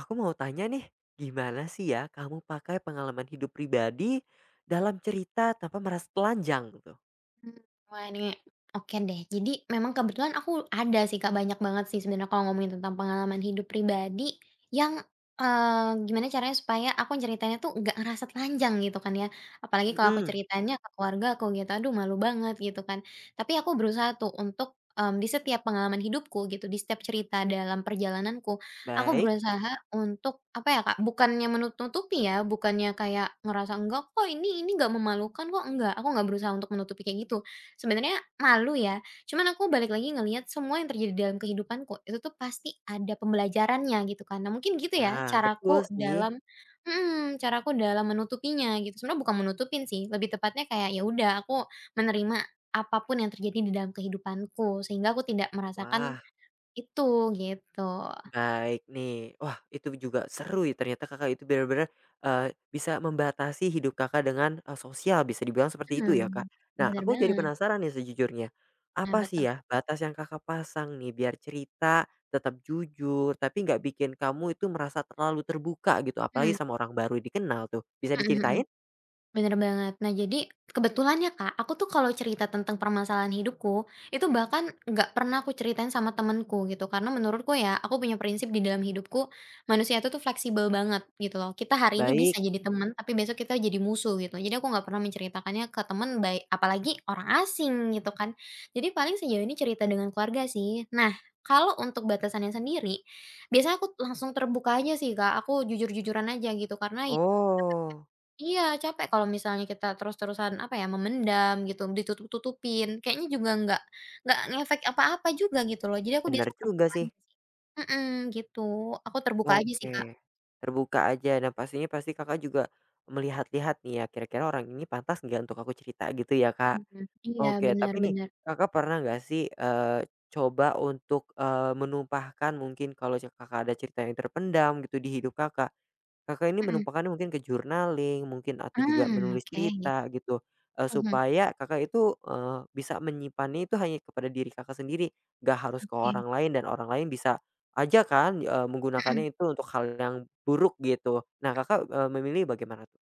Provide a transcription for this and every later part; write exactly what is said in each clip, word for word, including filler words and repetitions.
Aku mau tanya nih, gimana sih ya kamu pakai pengalaman hidup pribadi dalam cerita tanpa merasa telanjang gitu? Mmm, wah ini oke deh. Jadi memang kebetulan aku ada sih, Kak, banyak banget sih sebenarnya kalau ngomongin tentang pengalaman hidup pribadi yang, eee, gimana caranya supaya aku ceritainnya tuh nggak ngerasa telanjang gitu kan ya. Apalagi kalau aku Mhm, ceritanya ke keluarga aku gitu, aduh malu banget gitu kan. Tapi aku berusaha tuh untuk, mmm, di setiap pengalaman hidupku gitu, di setiap cerita dalam perjalananku. Aku baik. berusaha untuk, apa ya, Kak, bukannya menutupi ya, bukannya kayak ngerasa, "Enggak kok ini ini nggak memalukan kok," enggak, aku nggak berusaha untuk menutupi kayak gitu. Sebenarnya malu ya, cuman aku balik lagi ngelihat semua yang terjadi dalam kehidupanku, itu tuh pasti ada pembelajarannya gitu kan. Nah mungkin gitu ya Wah, betul caraku sih. dalam mhm, caraku dalam menutupinya gitu. Sebenarnya bukan menutupin sih, lebih tepatnya kayak ya udah aku menerima apapun yang terjadi di dalam kehidupanku, sehingga aku tidak merasakan Wah. itu, gitu. Baik nih. Wah, itu juga seru ya ternyata Kakak itu benar-benar, eee, bisa membatasi hidup Kakak dengan, eee, sosial bisa dibilang seperti itu Mmm, ya, Kak. Nah, bener aku jadi banget. penasaran nih sejujurnya. Nah, Apa sih betul. ya batas yang Kakak pasang nih biar cerita tetap jujur, tapi nggak bikin kamu itu merasa terlalu terbuka gitu, apalagi Mmm, sama orang baru dikenal tuh, bisa mhm mhm. diceritain? Bener banget. Nah, jadi kebetulan ya, Kak, aku tuh kalau cerita tentang permasalahan hidupku, itu bahkan nggak pernah aku ceritain sama temenku gitu. Karena menurutku ya, aku punya prinsip di dalam hidupku, manusia itu tuh fleksibel banget gitu loh. Kita hari ini Baik. bisa jadi teman, tapi besok kita jadi musuh gitu. Jadi aku nggak pernah menceritakannya ke temen, baik apalagi orang asing gitu kan. Jadi paling sejauh ini cerita dengan keluarga sih. Nah, kalau untuk batasannya sendiri, biasanya aku langsung terbuka aja sih, Kak. Aku jujur-jujuran aja gitu karena ya Oh, iya, capek kalau misalnya kita terus-terusan, apa ya, memendam gitu, ditutup-tutupin, kayaknya juga nggak nggak ngefek apa-apa juga gitu loh. Jadi aku benar biasa juga terbuka sih. aja, mhm, gitu. Aku terbuka aja sih, Kak. Oke, terbuka aja dan pastinya pasti Kakak juga melihat-lihat nih ya, kira-kira orang ini pantas nggak untuk aku cerita gitu ya, Kak? Mhm. Iya, Oke, tapi nih benar-benar. Kakak pernah nggak sih, eee, coba untuk, eee, menumpahkan mungkin kalau ce Kakak ada cerita yang terpendam gitu di hidup Kakak Kakak ini Mhm. menumpahkannya mungkin ke journaling, mungkin atau juga Mmm, menulis oke. cerita gitu, eee, Mhm, supaya Kakak itu, eee, bisa menyimpannya itu hanya kepada diri Kakak sendiri, gak harus ke oke. orang lain dan orang lain bisa aja kan, eee, Mhm. menggunakannya itu untuk hal yang buruk gitu. Nah Kakak, eee, memilih bagaimana tuh?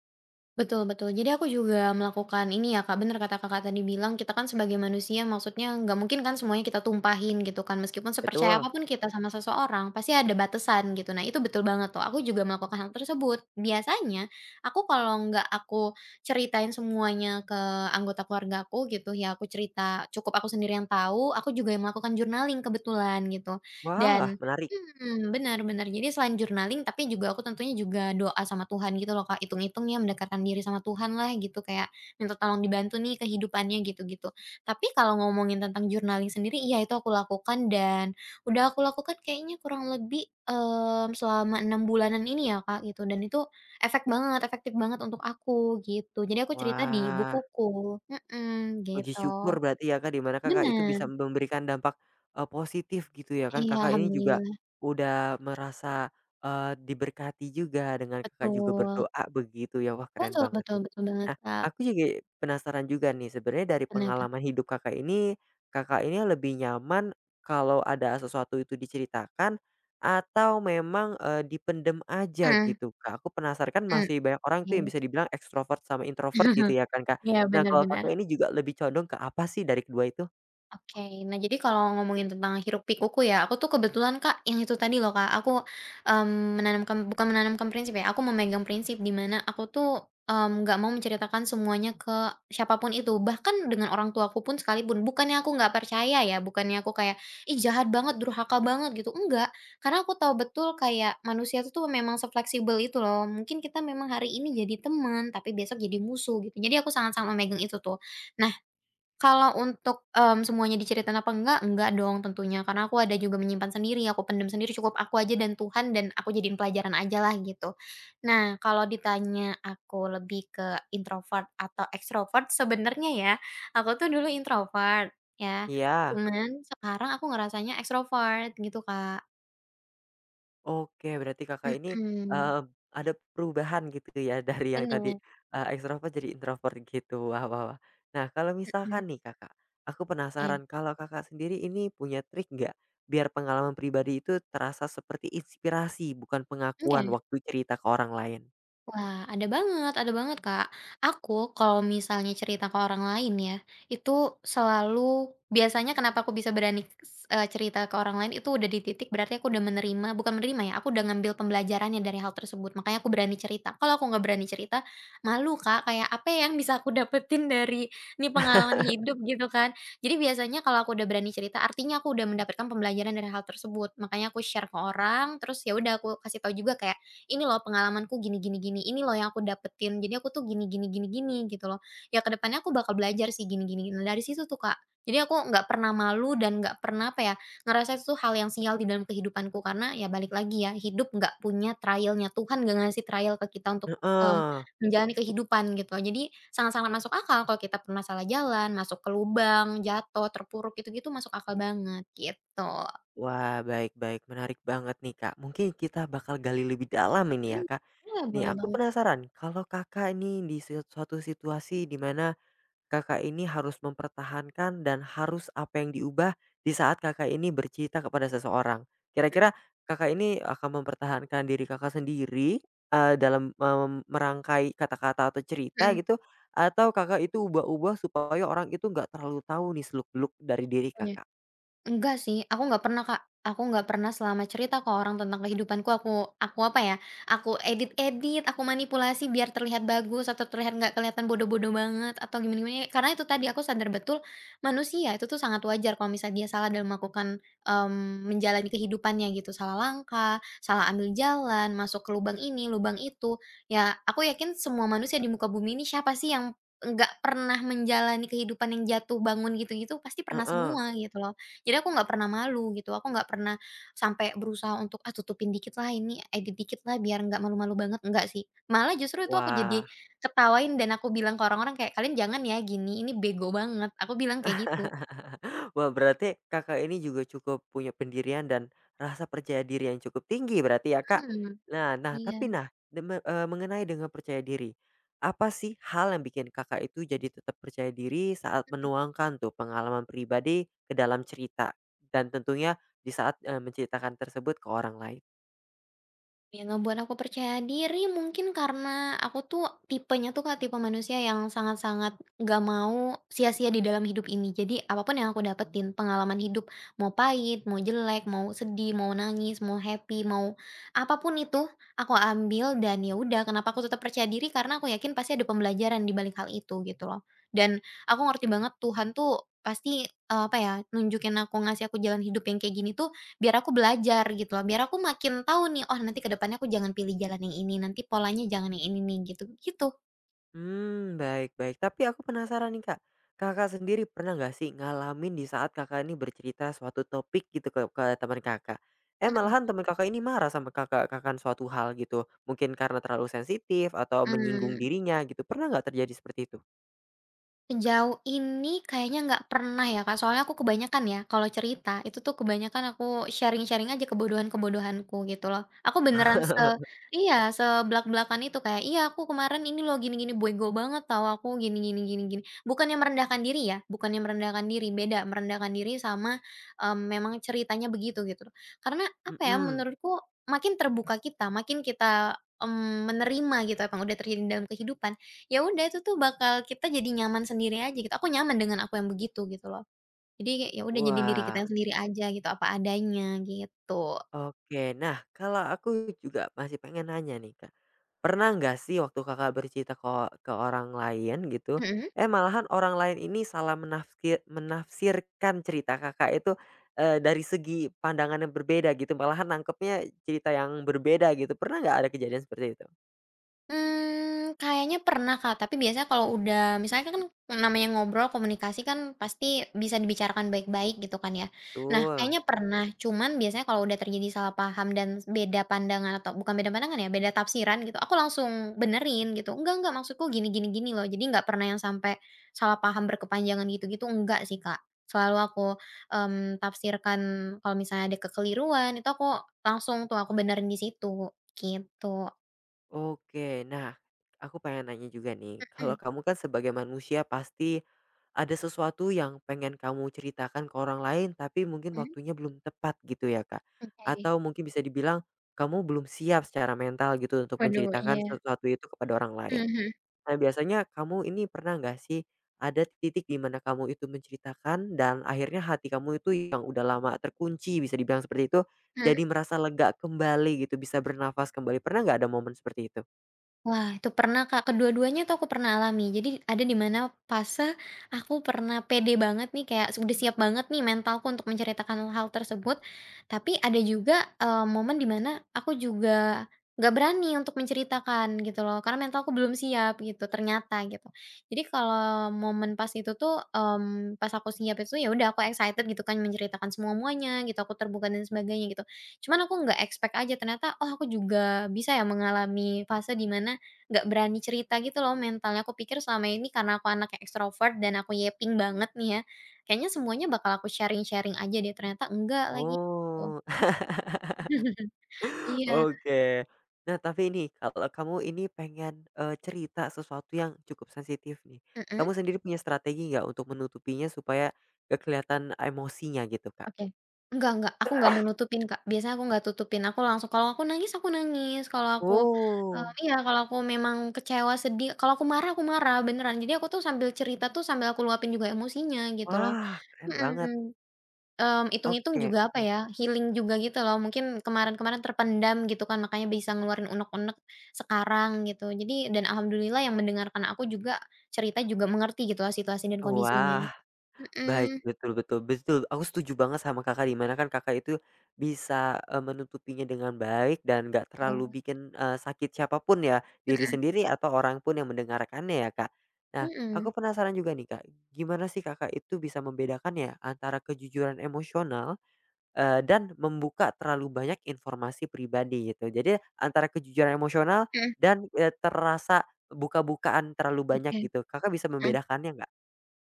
Betul betul. Jadi aku juga melakukan ini ya Kak, bener kata Kakak tadi bilang, kita kan sebagai manusia maksudnya nggak mungkin kan semuanya kita tumpahin gitu kan, meskipun sepercaya Betul, apapun kita sama seseorang, pasti ada batasan gitu. Nah itu betul banget tuh, aku juga melakukan hal tersebut. Biasanya, aku kalau nggak aku ceritain semuanya ke anggota keluarga aku gitu, ya aku cerita cukup aku sendiri yang tahu, aku juga yang melakukan journaling kebetulan gitu. wah Dan menarik. Mmm, benar benar. Jadi selain journaling, tapi juga aku tentunya juga doa sama Tuhan gitu loh, Kak, itung-itung ya mendekatkan diri sama Tuhan lah gitu, kayak minta tolong dibantu nih kehidupannya gitu-gitu. Tapi kalau ngomongin tentang journaling sendiri, iya itu aku lakukan dan udah aku lakukan kayaknya kurang lebih, mmm, selama enam bulanan ini ya, Kak, gitu dan itu efek banget, efektif banget untuk aku gitu. Jadi aku cerita di Wah. bukuku, mhm, Puji gitu. syukur berarti ya, Kak, di mana Kakak itu Benar, bisa memberikan dampak, eee, positif gitu ya kan. iya Kakak ini juga alhamdulillah, udah merasa, eee, diberkati juga dengan Kakak juga betul. berdoa begitu ya. Wah, keren Betul banget betul nih. betul banget, Nah, Kak. aku juga penasaran juga nih sebenarnya dari Kenapa? pengalaman hidup Kakak ini, Kakak ini lebih nyaman kalau ada sesuatu itu diceritakan atau memang, eee, dipendem aja Mhm gitu, Kak? Aku penasaran kan mhm, masih banyak orang tuh yang iya. bisa dibilang ekstrovert sama introvert gitu ya kan, Kak? Iya, Nah, bener kalau bener. Kakak ini juga lebih condong ke apa sih dari kedua itu? Oke. Nah, jadi kalau ngomongin tentang hiruk pikuku ya, aku tuh kebetulan, Kak, yang itu tadi loh, Kak, aku, mmm, menanamkan bukan menanamkan prinsip ya, aku memegang prinsip di mana aku tuh, mmm, nggak mau menceritakan semuanya ke siapapun itu, bahkan dengan orang tuaku pun sekalipun. Bukannya aku nggak percaya ya, bukannya aku kayak, "Ih, jahat banget, durhaka banget," gitu, enggak. Karena aku tahu betul kayak manusia itu tuh memang se itu loh. Mungkin kita memang hari ini jadi teman, tapi besok jadi musuh gitu. Jadi aku sangat-sangat memegang itu tuh. Kalau untuk, mmm, semuanya diceritain apa enggak, enggak dong tentunya, karena aku ada juga menyimpan sendiri, aku pendam sendiri, cukup aku aja dan Tuhan dan aku jadiin pelajaran ajalah gitu. Nah, kalau ditanya aku lebih ke introvert atau ekstrovert, sebenarnya ya, aku tuh dulu introvert ya, Iya, cuman sekarang aku ngerasanya ekstrovert gitu, Kak. oke berarti Kakak ini, Mhm, eee, ada perubahan gitu ya dari yang tadi, bener, eee, ekstrovert jadi introvert gitu, wah wah wah. Nah, kalau mhm, misalkan nih Kakak, aku eh, penasaran kalau Kakak sendiri ini punya trik nggak biar pengalaman pribadi itu terasa seperti inspirasi bukan pengakuan oke. waktu cerita ke orang lain? Wah, ada banget ada banget, Kak. Aku kalau misalnya cerita ke orang lain ya, itu selalu biasanya kenapa aku bisa berani s eh, cerita ke orang lain itu udah di titik berarti aku udah menerima bukan menerima ya, aku udah ngambil pembelajarannya dari hal tersebut, makanya aku berani cerita. Kalau aku nggak berani cerita, malu, Kak, kayak apa ya yang bisa aku dapetin dari ini pengalaman hidup gitu kan. Jadi biasanya kalau aku udah berani cerita, artinya aku udah mendapatkan pembelajaran dari hal tersebut, makanya aku share ke orang, terus ya udah aku kasih tahu juga kayak "Ini loh pengalamanku gini gini gini, ini loh yang aku dapetin, jadi aku tuh gini gini gini gini," gitu loh. Ya kedepannya aku bakal belajar sih gini gini gini. Nah, dari situ tuh, Kak. Jadi aku nggak pernah malu dan nggak pernah, apa ya, ngerasa itu tuh hal yang sial di dalam kehidupanku karena ya balik lagi ya, hidup nggak punya trialnya Tuhan nggak ngasih trial ke kita untuk, mmm, Heeh. menjalani kehidupan gitu. Jadi sangat-sangat masuk akal kalau kita pernah salah jalan, masuk ke lubang, jatuh, terpuruk, gitu-gitu masuk akal banget, gitu. Wah, baik baik, menarik banget nih, Kak. Mungkin kita bakal gali lebih dalam ini ya, Mmm, Kak. boleh Nih, boleh aku banget. penasaran kalau Kakak ini di si suatu situasi di mana Kakak ini harus mempertahankan dan harus apa yang diubah di saat Kakak ini bercerita kepada seseorang. Kira-kira Mhm Kakak ini akan mempertahankan diri Kakak sendiri, eee, dalam mem merangkai kata-kata atau cerita mhm, gitu, atau Kakak itu ubah-ubah supaya orang itu nggak terlalu tahu nih seluk-beluk dari diri iya. Kakak? Enggak sih, aku nggak pernah, Kak. Aku nggak pernah selama cerita ke orang tentang kehidupanku, aku aku apa ya, aku edit-edit, aku manipulasi biar terlihat bagus atau terlihat nggak kelihatan bodoh-bodoh banget atau gimana-gimana. Karena itu tadi aku sadar betul manusia itu tuh sangat wajar kalau misalnya dia salah dalam melakukan, mmm, menjalani kehidupannya gitu, salah langkah, salah ambil jalan, masuk ke lubang ini, lubang itu. Ya, aku yakin semua manusia di muka bumi ini siapa sih yang nggak pernah menjalani kehidupan yang jatuh bangun gitu-gitu, pasti pernah Heeh. semua gitu loh. Jadi aku nggak pernah malu gitu, aku nggak pernah sampai berusaha untuk, "Ah, tutupin dikit lah ini, edit dikit lah biar nggak malu-malu banget," enggak sih. Malah justru itu aku jadi Wah. ketawain dan aku bilang ke orang-orang kayak, "Kalian jangan ya gini, ini bego banget." Aku bilang kayak gitu. Wah, berarti Kakak ini juga cukup punya pendirian dan rasa percaya diri yang cukup tinggi berarti ya, Kak? Mhm, Nah nah, iya. tapi nah, deme eee, mengenai dengan percaya diri, apa sih hal yang bikin Kakak itu jadi tetap percaya diri saat menuangkan tuh pengalaman pribadi ke dalam cerita? Dan tentunya di saat, eee, menceritakan tersebut ke orang lain? Yang ngebuat aku percaya diri mungkin karena aku tuh tipenya tuh Kak, tipe manusia yang sangat-sangat gak mau sia-sia di dalam hidup ini. Jadi apapun yang aku dapetin, pengalaman hidup mau pahit, mau jelek, mau sedih, mau nangis, mau happy, mau apapun itu aku ambil dan ya udah kenapa aku tetap percaya diri karena aku yakin pasti ada pembelajaran di balik hal itu gitu loh. Dan aku ngerti banget Tuhan tuh pasti eh, apa ya nunjukin aku ngasih aku jalan hidup yang kayak gini tuh biar aku belajar gitu loh, biar aku makin tahu nih, "Oh nanti ke depannya aku jangan pilih jalan yang ini, nanti polanya jangan yang ini nih," gitu gitu. Hmm baik baik. Tapi aku penasaran nih, Kak. Kakak sendiri pernah nggak sih ngalamin di saat Kakak ini bercerita suatu topik gitu ke ke teman Kakak, eh, Mhm malahan teman Kakak ini marah sama Kakak akan suatu hal gitu, mungkin karena terlalu sensitif atau menyinggung mhm. dirinya gitu, pernah nggak terjadi seperti itu? Sejauh ini kayaknya nggak pernah ya, Kak, soalnya aku kebanyakan ya kalau cerita, itu tuh kebanyakan aku sharing-sharing aja kebodohan-kebodohanku gitu loh. Aku beneran se iya, seblak-blakan itu kayak, "Iya aku kemarin ini loh gini gini, bego banget tahu aku gini gini gini gini." Bukannya merendahkan diri ya, bukannya merendahkan diri, beda merendahkan diri sama, mmm, memang ceritanya begitu gitu loh. Karena apa ya, Mhm. menurutku makin terbuka kita, makin kita, mmm, menerima gitu apa yang udah terjadi dalam kehidupan, ya udah itu tuh bakal kita jadi nyaman sendiri aja gitu, aku nyaman dengan aku yang begitu gitu loh. Jadi, kayak ya udah jadi diri kita Wah, sendiri aja gitu, apa adanya gitu. oke. Nah, kalau aku juga masih pengen nanya nih, Kak. Pernah nggak sih waktu Kakak bercerita ke ke orang lain gitu, Mhm? eh, malahan orang lain ini salah menafsir menafsirkan cerita Kakak itu, eee, dari segi pandangan yang berbeda gitu, malahan nangkepnya cerita yang berbeda gitu, pernah nggak ada kejadian seperti itu? Mmm, kayaknya pernah, Kak, tapi biasanya kalau udah misalnya kan namanya ngobrol, komunikasi kan pasti bisa dibicarakan baik-baik gitu kan ya. Nah, Betul. kayaknya pernah, cuman biasanya kalau udah terjadi salah paham dan beda pandangan atau bukan beda pandangan ya, beda tafsiran gitu, aku langsung benerin gitu, "Enggak enggak, maksudku gini gini gini loh." Jadi nggak pernah yang sampai salah paham berkepanjangan gitu-gitu, enggak sih, Kak. Selalu aku, mmm, tafsirkan kalau misalnya ada kekeliruan, itu aku langsung tuh aku benerin di situ, gitu. Oke, nah aku pengen nanya juga nih, kalau kamu kan sebagai manusia pasti ada sesuatu yang pengen kamu ceritakan ke orang lain tapi mungkin Mhm. waktunya belum tepat gitu ya Kak? Oke, Atau mungkin bisa dibilang kamu belum siap secara mental gitu untuk waduh menceritakan iya, sesuatu itu kepada orang mhm lain. mhm, Nah biasanya kamu ini pernah nggak sih ada titik di mana kamu itu menceritakan dan akhirnya hati kamu itu yang udah lama terkunci bisa dibilang seperti itu, mhm. jadi merasa lega kembali gitu, bisa bernafas kembali, pernah nggak ada momen seperti itu? Wah, itu pernah, Kak, kedua-duanya tuh aku pernah alami. Jadi ada di mana fase aku pernah pede banget nih, kayak udah siap banget nih mentalku untuk menceritakan hal tersebut, tapi ada juga, eee, momen di mana aku juga nggak berani untuk menceritakan gitu loh, karena mentalku belum siap gitu ternyata gitu. Jadi kalau momen pas itu tuh, mmm, pas aku siap itu ya udah aku excited gitu kan menceritakan semua-muanya gitu, aku terbuka dan sebagainya gitu. Cuman aku nggak expect aja ternyata, oh aku juga bisa ya mengalami fase di mana nggak berani cerita gitu loh mentalnya, aku pikir selama ini karena aku anak yang ekstrovert dan aku yeping banget nih ya, kayaknya semuanya bakal aku sharing-sharing aja deh, ternyata enggak lagi, gitu. Oh, Iya, oke. Nah, tapi ini, kalau kamu ini pengen, eee, cerita sesuatu yang cukup sensitif nih, kamu mhm, sendiri punya strategi nggak untuk menutupinya supaya gak kelihatan emosinya gitu, Kak? oke. Enggak enggak, aku enggak mau nutupin Kak, biasanya aku enggak tutupin, aku langsung kalau aku nangis, aku nangis, kalau aku, eee, Oh, iya kalau aku memang kecewa, sedih, kalau aku marah, aku marah, beneran. Jadi aku tuh sambil cerita tuh sambil aku luapin juga emosinya gitu loh, wah, keren banget. mhm. Mmm, itung-itung Oke, juga apa mhm. ya, healing juga gitu loh, mungkin kemarin-kemarin terpendam gitu kan, makanya bisa ngeluarin unek-unek sekarang gitu. Jadi dan alhamdulillah yang mendengarkan aku juga cerita juga mengerti gitu loh situasi dan kondisinya. Wah. Baik, Mhm, betul betul betul, aku setuju banget sama Kakak, di mana kan Kakak itu bisa, eee, menutupinya dengan baik dan nggak betul. terlalu bikin, eee, sakit siapapun ya, diri sendiri atau orang pun yang mendengarkannya ya, Kak. Nah, aku Mhm, penasaran juga nih, Kak, gimana sih Kakak itu bisa membedakan ya antara kejujuran emosional, eee, dan membuka terlalu banyak informasi pribadi gitu? Jadi antara kejujuran emosional mhm, dan, eee, terasa buka-bukaan terlalu banyak oke. gitu, Kakak bisa Mhm. membedakannya nggak?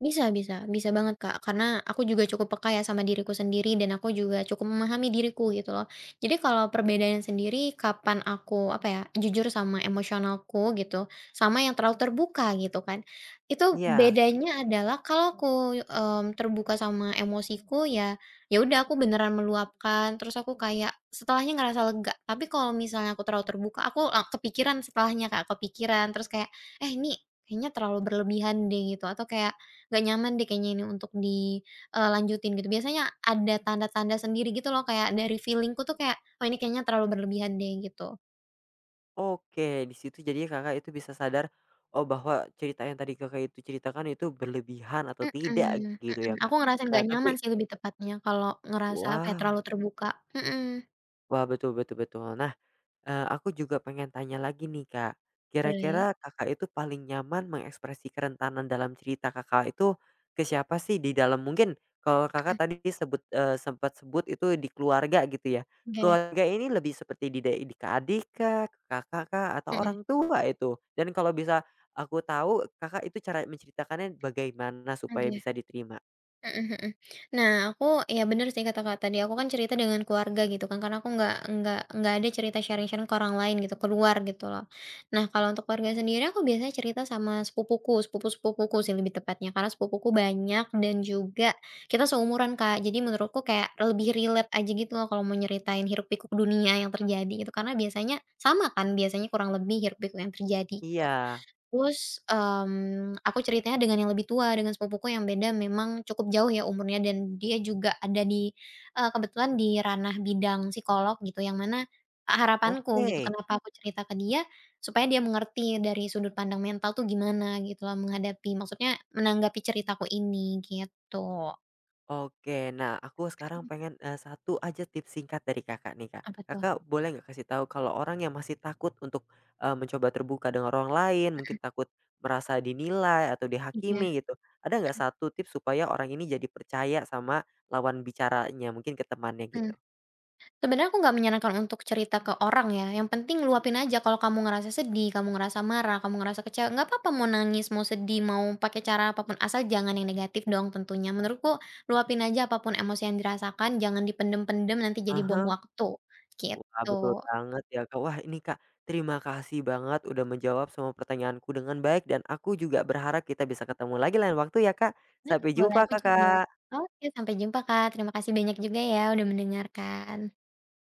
Bisa bisa bisa banget, Kak, karena aku juga cukup peka ya sama diriku sendiri dan aku juga cukup memahami diriku gitu loh. Jadi kalau perbedaannya sendiri kapan aku, apa ya, jujur sama emosionalku gitu, sama yang terlalu terbuka gitu kan. Itu Iya. bedanya adalah kalau aku, mmm, terbuka sama emosiku ya, ya udah aku beneran meluapkan, terus aku kayak setelahnya ngerasa lega. Tapi kalau misalnya aku terlalu terbuka, aku la kepikiran setelahnya, Kak, kepikiran terus kayak, "Eh, ini kayaknya terlalu berlebihan deh," gitu, atau kayak nggak nyaman deh kayaknya ini untuk dilanjutin gitu. Biasanya ada tanda-tanda sendiri gitu loh kayak dari feelingku tuh kayak, "Oh ini kayaknya terlalu berlebihan deh," gitu. Oke, di situ jadinya Kakak itu bisa sadar, oh bahwa cerita yang tadi Kakak itu ceritakan itu berlebihan atau Mhm tidak mhm. gitu ya, Mhm, aku Kak. ngerasa Nah nggak tapi nyaman sih lebih tepatnya kalau ngerasa apa ya, wah terlalu terbuka. Mhm, wah betul betul betul. Nah Eee, aku juga pengen tanya lagi nih, Kak. boleh. Kira-kira Kakak itu paling nyaman mengekspresi kerentanan dalam cerita Kakak itu ke siapa sih di dalam mungkin kalau Mhm, Kakak tadi sebut eee, sempat sebut itu di keluarga gitu ya. oke. Keluarga ini lebih seperti di da- di ke adik kah, ke kakak kah, atau Mhm, orang tua itu? Dan kalau bisa aku tahu Kakak itu cara menceritakannya bagaimana supaya oke. bisa diterima? Mhm mhm. Nah aku ya bener sih kata kata tadi, aku kan cerita dengan keluarga gitu kan, karena aku nggak nggak nggak ada cerita sharing-sharing ke orang lain gitu, keluar gitu loh. Nah kalau untuk keluarga sendiri aku biasanya cerita sama sepupuku, sepupu-sepupuku sih lebih tepatnya, karena sepupuku banyak dan juga kita seumuran Kak, jadi menurutku kayak lebih relate aja gitu loh kalau mau nyeritain hiruk pikuk dunia yang terjadi gitu, karena biasanya sama kan, biasanya kurang lebih hiruk pikuk yang terjadi gitu. Iya, Terus, mmm, aku ceritanya dengan yang lebih tua, dengan sepupuku yang beda memang cukup jauh ya umurnya dan dia juga ada di eee, kebetulan di ranah bidang psikolog gitu yang mana harapanku gitu oke. kenapa aku cerita ke dia, supaya dia mengerti dari sudut pandang mental tuh gimana gitu loh menghadapi maksudnya menanggapi ceritaku ini gitu. Oke, nah aku sekarang pengen, eee, satu aja tips singkat dari Kakak nih, Kak. Apa tuh? Kakak boleh nggak kasih tahu kalau orang yang masih takut untuk, eee, mencoba terbuka dengan orang lain, mungkin Mhm, takut merasa dinilai atau oke. dihakimi gitu, ada nggak satu tips supaya orang ini jadi percaya sama lawan bicaranya, mungkin ke temannya gitu? Mmm. Sebenarnya aku nggak menyarankan untuk cerita ke orang ya, yang penting luapin aja kalau kamu ngerasa sedih, kamu ngerasa marah, kamu ngerasa kecewa, nggak apa-apa mau nangis, mau sedih, mau pakai cara apapun asal jangan yang negatif dong tentunya. Menurutku luapin aja apapun emosi yang dirasakan, jangan dipendem-pendem nanti jadi bom Aha, waktu, wah, betul gitu. banget ya, Kak. Wah, ini Kak, terima kasih banget udah menjawab semua pertanyaanku dengan baik dan aku juga berharap kita bisa ketemu lagi lain waktu ya, Kak. Nah, Sampai boleh jumpa, aku juga. Kakak. Oke, sampai jumpa Kak, terima kasih banyak juga ya udah mendengarkan.